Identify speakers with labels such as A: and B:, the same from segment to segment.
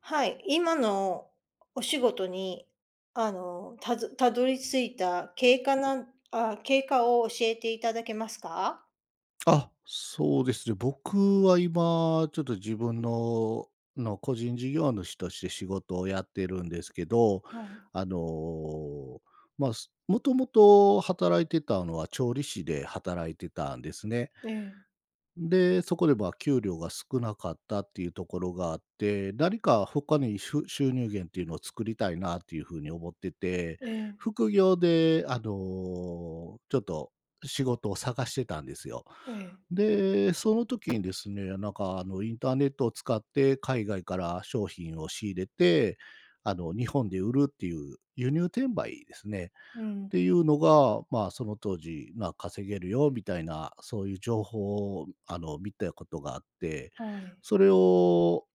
A: はい、今のお仕事に、たずたどり着いた経過なんあ、経過を教えていただけますか？
B: あ、そうですね。僕は今、ちょっと自分の個人事業主として仕事をやってるんですけど、
A: はい。
B: あの、まあ、もともと働いてたのは調理師で働いてたんですね。
A: ええ、
B: で、そこでまあ給料が少なかったっていうところがあって、何か他に収入源っていうのを作りたいなっていうふうに思ってて、
A: ええ、
B: 副業で、ちょっと仕事を探してたんですよ。
A: ええ、
B: で、その時にですね、なんかインターネットを使って海外から商品を仕入れて、あの日本で売るっていう輸入転売ですね。
A: うん、
B: ていうのが、まあ、その当時、まあ、稼げるよみたいな、そういう情報を、見たことがあって、
A: はい。
B: それを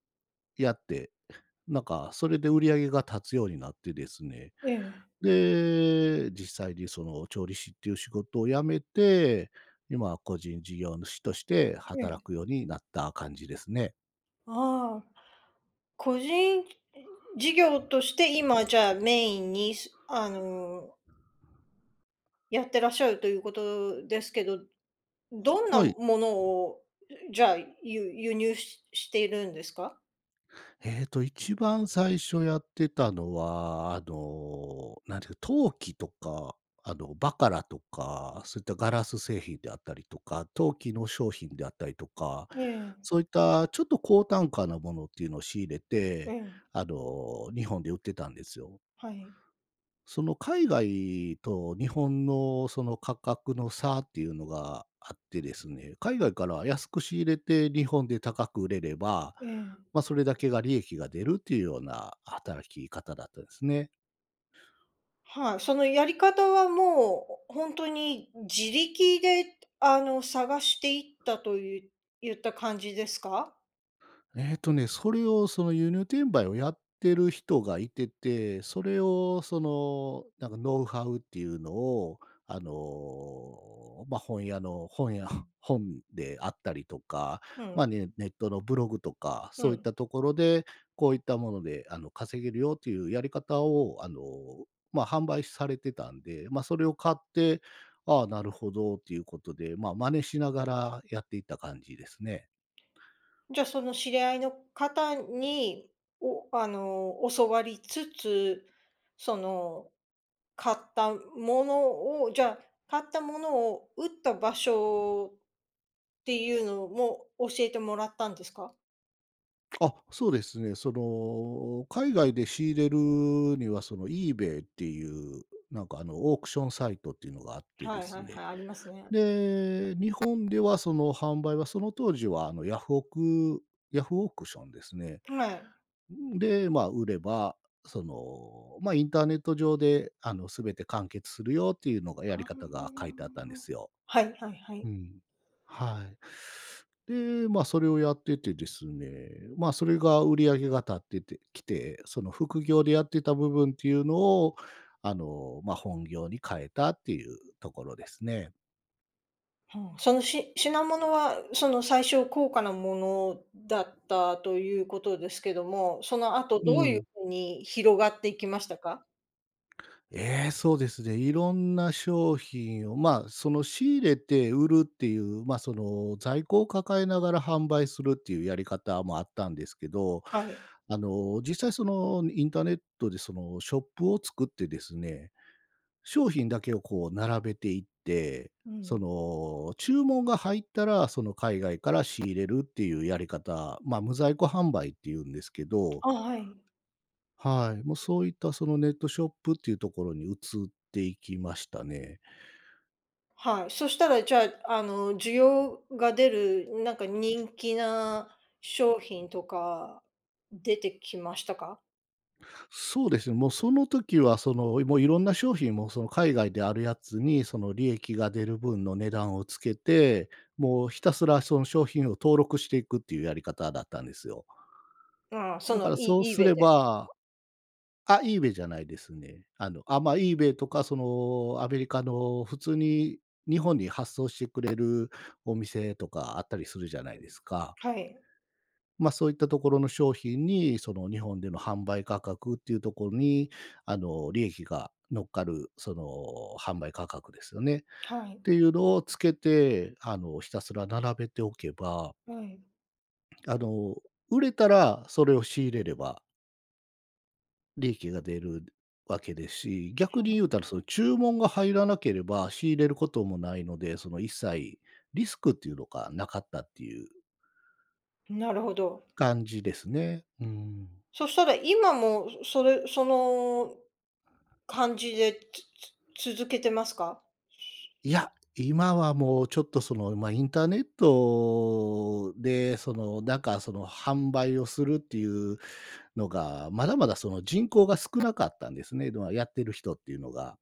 B: やって、なんか、それで売り上げが立つようになってですね。
A: ええ、
B: で、実際にその調理師っていう仕事を辞めて、今は個人事業主として
A: え
B: 働く
A: え。
B: ようになった感じですね。
A: ああ、個人事業として今じゃあメインに、やってらっしゃるということですけど、どんな
B: は
A: も
B: い。
A: のを、じゃあ、輸入しているんですか？
B: ええと、一番最初やってたのは、なんていうか、陶器とか、あの、バカラとか、そういったガラス製品であったりとか、陶器の商品であったりとか、
A: ええ、
B: そういったちょっと高単価なものっていうのを仕入れ
A: え
B: て、
A: え、
B: 日本で売ってたんですよ。
A: はい。
B: その海外と日本のその価格の差っていうのがあってですね、海外から安く仕入れて日本で高く売れれば、
A: ええ。
B: まあ、それだけが利益が出るっていうような働き方だったんですね。
A: はい、そのやり方はもう、本当に自力で、探していったという言った感じですか？
B: えっとね、それをその輸入転売をやってる人がいてて、それをその、なんかノウハウっていうのを、まあ、本屋の本屋 本であったりとか、
A: うん、
B: ま、ネットのブログとか、
A: う
B: そういっ
A: ん。
B: たところで、こういったもので、稼げるよっていうやり方を、まあ、販売されてたんで、まあ、それを買って、ああ、なるほどっていうことで、まあ、真似しながらやっていった感じですね。
A: じゃ、その知り合いの方に、教わりつつ、その、買ったものをじゃあ、買ったものを打った場所っていうのも教えてもらったんですか？
B: あ、そうですね。その、海外で仕入れるには、その eBay っていう、オークションサイトっていうのがあって
A: は
B: で
A: いは
B: す
A: いは
B: ね。
A: い、ありますね。
B: で、日本ではその販売は、その当時はヤフオク、ヤフオークションですね。
A: はい。
B: で、まあ、売れば、その、まあ、インターネット上で、すべて完結するよっていうのが、
A: あ
B: やり方が書いてあったんで
A: ー、
B: すよ。
A: はいはいは
B: う
A: い。
B: ん。はい。で、まあ、それをやっててですね、まあ、それが売り上げが立っててきて、その副業でやってた部分っていうのを、まあ、本業に変えたっていうところですね。
A: はあ、その品物は、その最初高価なものだったということですけども、その後
B: う
A: どういう
B: ん。
A: ふうに広がっていきましたか？
B: ええ、そうですね。いろんな商品を、まあ、その仕入れて売るっていう、まあ、その在庫を抱えながら販売するっていうやり方もあったんですけど、
A: はい。
B: 実際そのインターネットでそのショップを作ってですね、商品だけをこう並べていって、
A: う
B: そ
A: ん。
B: の、注文が入ったら、その海外から仕入れるっていうやり方、まあ、無在庫販売っていうんですけど、
A: あ、はい。
B: はい、もうそういったそのネットショップっていうところに移っていきましたね。
A: はい。そしたらじゃあ、需要が出る、なんか人気な商品とか出てきましたか？
B: そうですね、もうその時はその、もういろんな商品もその海外であるやつに、その利益が出る分の値段をつけて、もうひたすらその商品を登録していくっていうやり方だったんですよ。
A: ああ、そ
B: だか
A: の、
B: らそうす
A: eBay
B: れ
A: で。
B: ばイーベ y じゃないですね。まあ、イーベ y とかそのアメリカの普通に日本に発送してくれるお店とかあったりするじゃないですか。
A: はい。
B: まあ、そういったところの商品に、その日本での販売価格っていうところに、利益が乗っかる、その販売価格ですよね。っ
A: はい。
B: ていうのをつけて、ひたすら並べておけば、
A: はい。
B: あの、売れたらそれを仕入れれば利益が出るわけですし、逆に言
A: は
B: うたら、その注文が入らなければ仕入れることもないので、その一切リスクっていうのがなかったっていう
A: い。なるほど。
B: 感じですね。うん。
A: そしたら今も、その感じで、つ続けてますか？
B: いや、今はもうちょっとその、まあ、インターネットで、その、なんかその販売をするっていうのが、まだまだその人口が少なかったんですね。やってる人っていうのが。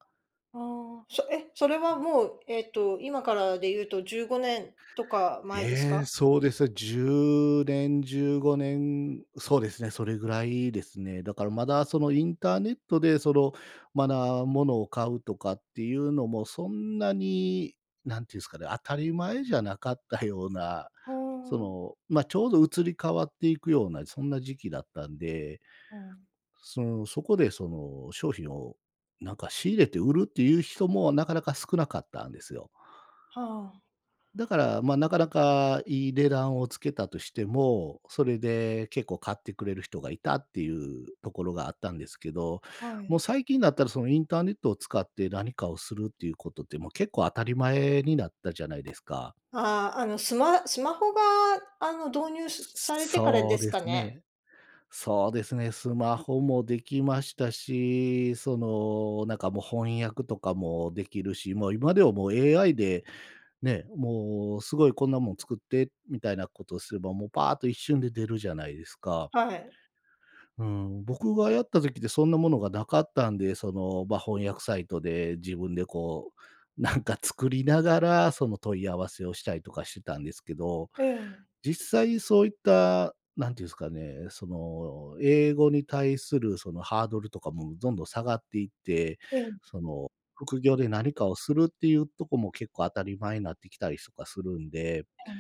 A: ああ。それはもう、今からで言うと15年とか前です
B: ええ、
A: か？
B: そうですね。10年、15年、そうですね、それぐらいですね。だからまだそのインターネットでその、まだ物を買うとかっていうのもそんなに、なんていうんですかね、当たり前じゃなかったような、そ
A: は
B: の、ま、ちょうど移り変わっていくような、そんな時期だったんで、
A: あ、うん。
B: その、そこでその商品をなんか仕入れて売るっていう人もなかなか少なかったんですよ。
A: は
B: だから、まあ、なかなかいい値段をつけたとしても、それで結構買ってくれる人がいたっていうところがあったんですけど、
A: あ。は
B: も
A: い。
B: う最近だったらそのインターネットを使って何かをするっていうことって、もう結構当たり前になったじゃないですか。
A: ああ、スマホが、導入されてから
B: そ
A: で
B: う
A: す
B: で
A: か
B: す
A: ね？
B: ね。そうですね、スマホもできましたし、その、なんかもう翻訳とかもできるし、もう今ではもう AI でね、もうすごいこんなもん作ってみたいなことをすれば、もうパーッと一瞬で出るじゃないですか。
A: はい。
B: うん、僕がやった時ってそんなものがなかったんで、その、まあ、翻訳サイトで自分でこう、なんか作りながら、その問い合わせをしたりとかしてたんですけど、
A: ええ、
B: 実際そういった、なんていうんですかね、その、英語に対するそのハードルとかもどんどん下がっていって、
A: ええ、え
B: その、副業で何かをするっていうとこも結構当たり前になってきたりとかするんで、
A: え、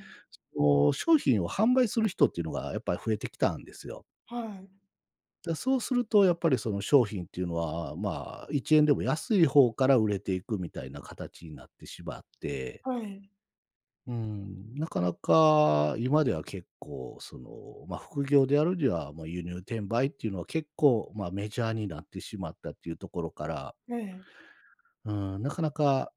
B: その、商品を販売する人っていうのがやっぱり増えてきたんですよ。
A: はい、
B: だ、そうするとやっぱりその商品っていうのは、まあ、1円でも安い方から売れていくみたいな形になってしまって、
A: はい、
B: うん、なかなか今では結構、その、まあ、副業であるには、もう輸入転売っていうのは結構、まあ、メジャーになってしまったっていうところから、
A: ええ。
B: うん、なかなか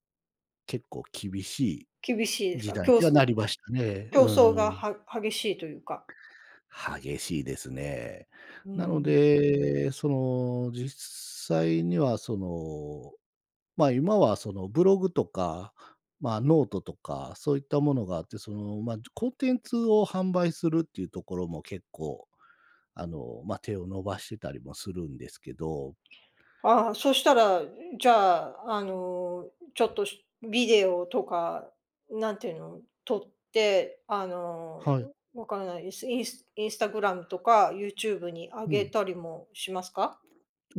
B: 結構厳しい
A: 厳しいです
B: 時
A: か？
B: 代にはなりましたね。
A: 競
B: う
A: 争が
B: ん、
A: は激しいというか。
B: 激しいですね。
A: う
B: なの
A: ん。
B: で、その、実際にはその、まあ、今はそのブログとか、まあ、ノートとか、そういったものがあって、その、まあ、コンテンツを販売するっていうところも結構、まあ、手を伸ばしてたりもするんですけど。
A: ああ、そしたら、じゃあ、ちょっとビデオとか、なんていうの、撮って、
B: はい。
A: わからないです。インスタグラムとかユーチューブに上
B: う
A: げ
B: ん。
A: たりもしますか？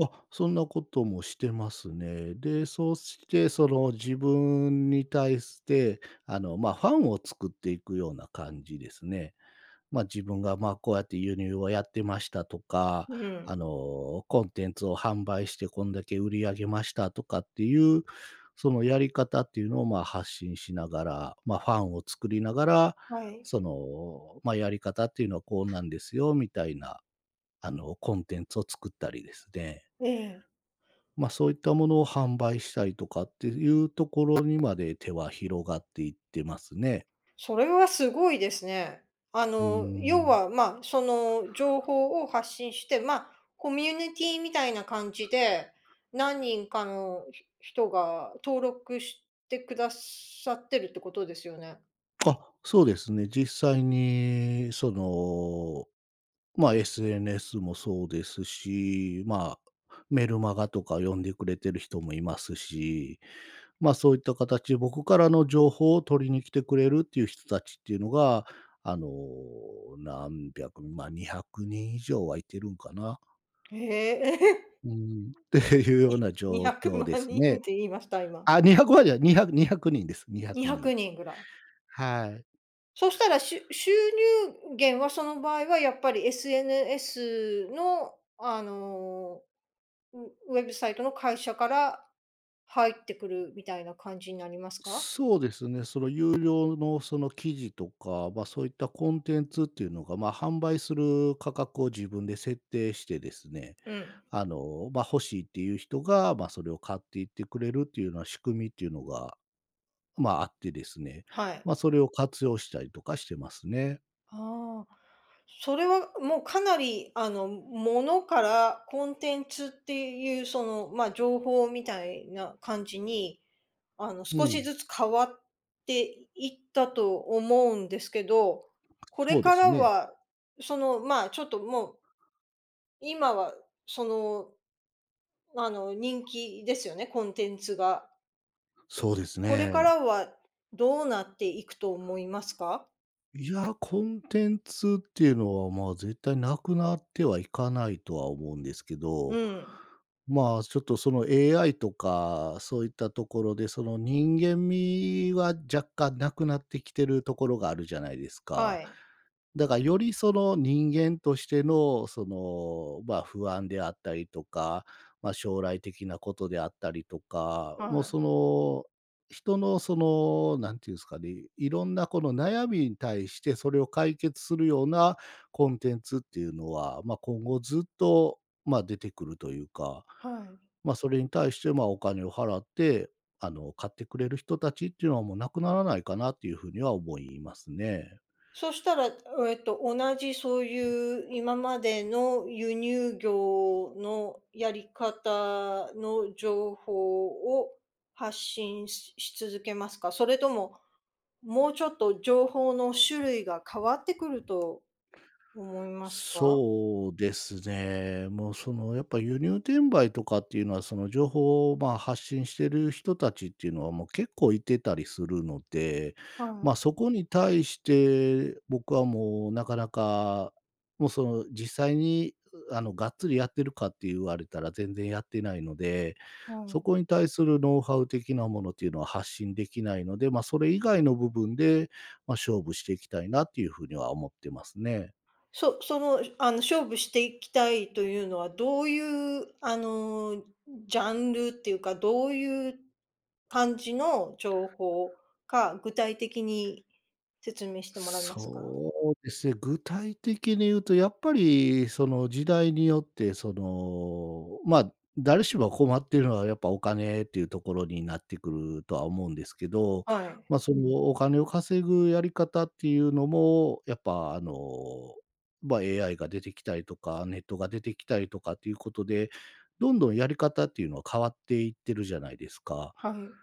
B: あ、そんなこともしてますね。で、そうしてその自分に対して、まあ、ファンを作っていくような感じですね。自分が、こうやって輸入をやってましたとか、
A: うん、
B: コンテンツを販売してこんだけ売り上げましたとかっていう、そのやり方っていうのを、発信しながら、ファンを作りながら、
A: はい。
B: その、やり方っていうのはこうなんですよみたいな、コンテンツを作ったりですね。
A: ええ。
B: そういったものを販売したりとかっていうところにまで手は広がっていってますね。
A: それはすごいですね。
B: うー
A: 要
B: ん。
A: は、まあ、その情報を発信して、まあ、コミュニティみたいな感じで、何人かの人が登録してくださってるってことですよね。
B: あ、そうですね。実際に、その、SNS もそうですし、メルマガとか読んでくれてる人もいますし、そういった形で僕からの情報を取りに来てくれるっていう人たちっていうのが、あの、何百、200人以上はいてるんかな。
A: へえ。
B: うん、っていうよう な状
A: 200
B: 況で
A: 万
B: す
A: 人
B: ね。
A: って言いました？今。
B: あ、200までは200200人です。200
A: 200
B: 人。
A: 人ぐらい。
B: はい。
A: そしたら、収入源はその場合はやっぱり SNS の、ウウェブサイトの会社から入ってくるみたいな感じになりますか？
B: そうですね。その有料の記事とか、そういったコンテンツっていうのが、販売する価格を自分で設定してですね、
A: うん、
B: 欲しいっていう人が、それを買っていってくれるっていうような仕組みっていうのが、あってですね、
A: はい。
B: それを活用したりとかしてますね。
A: ああ、それはもうかなりものからコンテンツっていう、その、まあ、情報みたいな感じに、
B: う
A: 少し
B: ん。
A: ずつ変わっていったと思うんですけど、これ
B: そうで
A: か
B: す
A: ら
B: ね。
A: は、その、まあ、ちょっともう、今はその、人気ですよね、コンテンツが。そ
B: そうです
A: これか
B: ね。
A: らはどうなっていくと思いますか？
B: いや、コンテンツっていうのは、絶対なくなってはいかないとは思うんですけ
A: う
B: ど
A: ん、
B: ちょっとその AI とか、そういったところで、その人間味は若干なくなってきてるところがあるじゃないです
A: は
B: か。
A: い。
B: だからよりその人間としての、その、不安であったりとか、将来的なことであったりとか、
A: は
B: もうそ
A: い。
B: の、人のその、なんていうんですかね、いろんなこの悩みに対してそれを解決するようなコンテンツっていうのは、今後ずっと、出てくるというか、
A: はい。
B: それに対して、お金を払って、買ってくれる人たちっていうのはもうなくならないかなっていうふうには思いますね。
A: そしたら、同じそういう今までの輸入業のやり方の情報を発信し続けますか？それとも、もうちょっと情報の種類が変わってくると思いますか？
B: そうですね。もうそのやっぱ輸入転売とかっていうのは、その情報を発信してる人たちっていうのはもう結構いてたりするので、
A: は
B: そこに対して僕はもうなかなか、もうその実際にがっつりやってるかって言われたら全然やってないので、
A: い、は
B: そ
A: い。
B: こに対するノウハウ的なものっていうのは発信できないので、それ以外の部分で勝負していきたいなっていうふうには思ってますね。
A: その、勝負していきたいというのは、どういう、ジャンルっていうか、どういう感じの情報か、具体的に説明してもらえますか？
B: そうですね、具体的に言うとやっぱりその時代によってその、誰しも困っているのはやっぱお金っていうところになってくるとは思うんですけど、
A: はい。
B: そのお金を稼ぐやり方っていうのも、やっぱAI が出てきたりとか、ネットが出てきたりとかっていうことで、どんどんやり方っていうのは変わっていってるじゃないですか。
A: はい。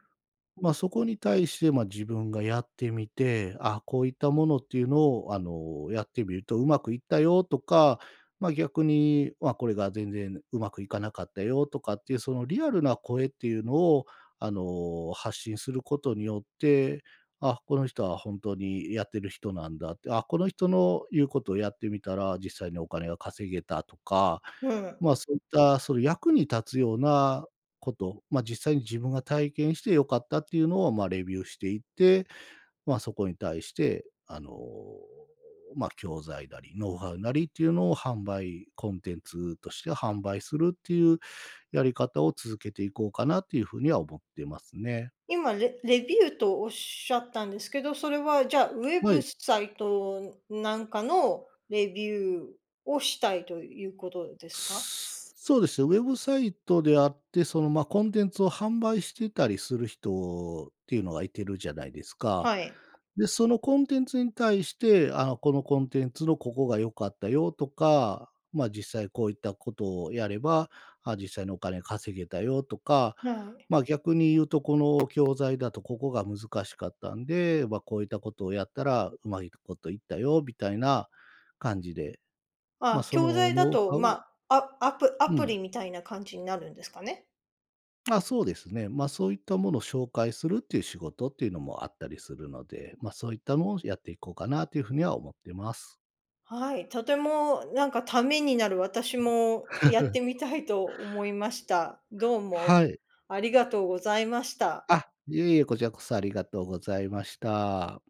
B: そこに対して、自分がやってみて、あ、こういったものっていうのを、やってみるとうまくいったよとか、逆に、これが全然うまくいかなかったよとかっていう、そのリアルな声っていうのを、発信することによって、あ、この人は本当にやってる人なんだって、あ、この人の言うことをやってみたら実際にお金が稼げたとか、
A: うん。
B: そういったその役に立つようなこと、実際に自分が体験して良かったっていうのを、レビューしていって、そこに対して、教材なり、ノウハウなりっていうのを販売、コンテンツとして販売するっていうやり方を続けていこうかなっていうふうには思ってますね。
A: 今、レビューとおっしゃったんですけど、それはじゃあ、ウェ
B: は
A: ブ
B: い。
A: サイトなんかのレビューをしたいということですか？
B: そうですね、ウェブサイトであって、その、コンテンツを販売してたりする人っていうのがいてるじゃないですか。
A: はい。
B: で、そのコンテンツに対して、このコンテンツのここが良かったよとか、実際こういったことをやれば、あ、実際にお金稼げたよとか、
A: はい。
B: 逆に言うとこの教材だとここが難しかったんで、こういったことをやったらうまいこといったよみたいな感じで、まあ、そ
A: 教
B: の
A: 材だ
B: ノウ
A: と、
B: ハ
A: ま
B: ウ
A: あ、ア
B: う
A: プ
B: ん。
A: リみたいな感じになるんですかね？
B: そうですね。そういったものを紹介するっていう仕事っていうのもあったりするので、そういったのをやっていこうかなというふうには思ってます。
A: はい、とてもなんかためになる、私もやって みたいと思いました。どうも
B: はい。
A: ありがとうございました。
B: あ、いえいえ、こちらこそありがとうございました。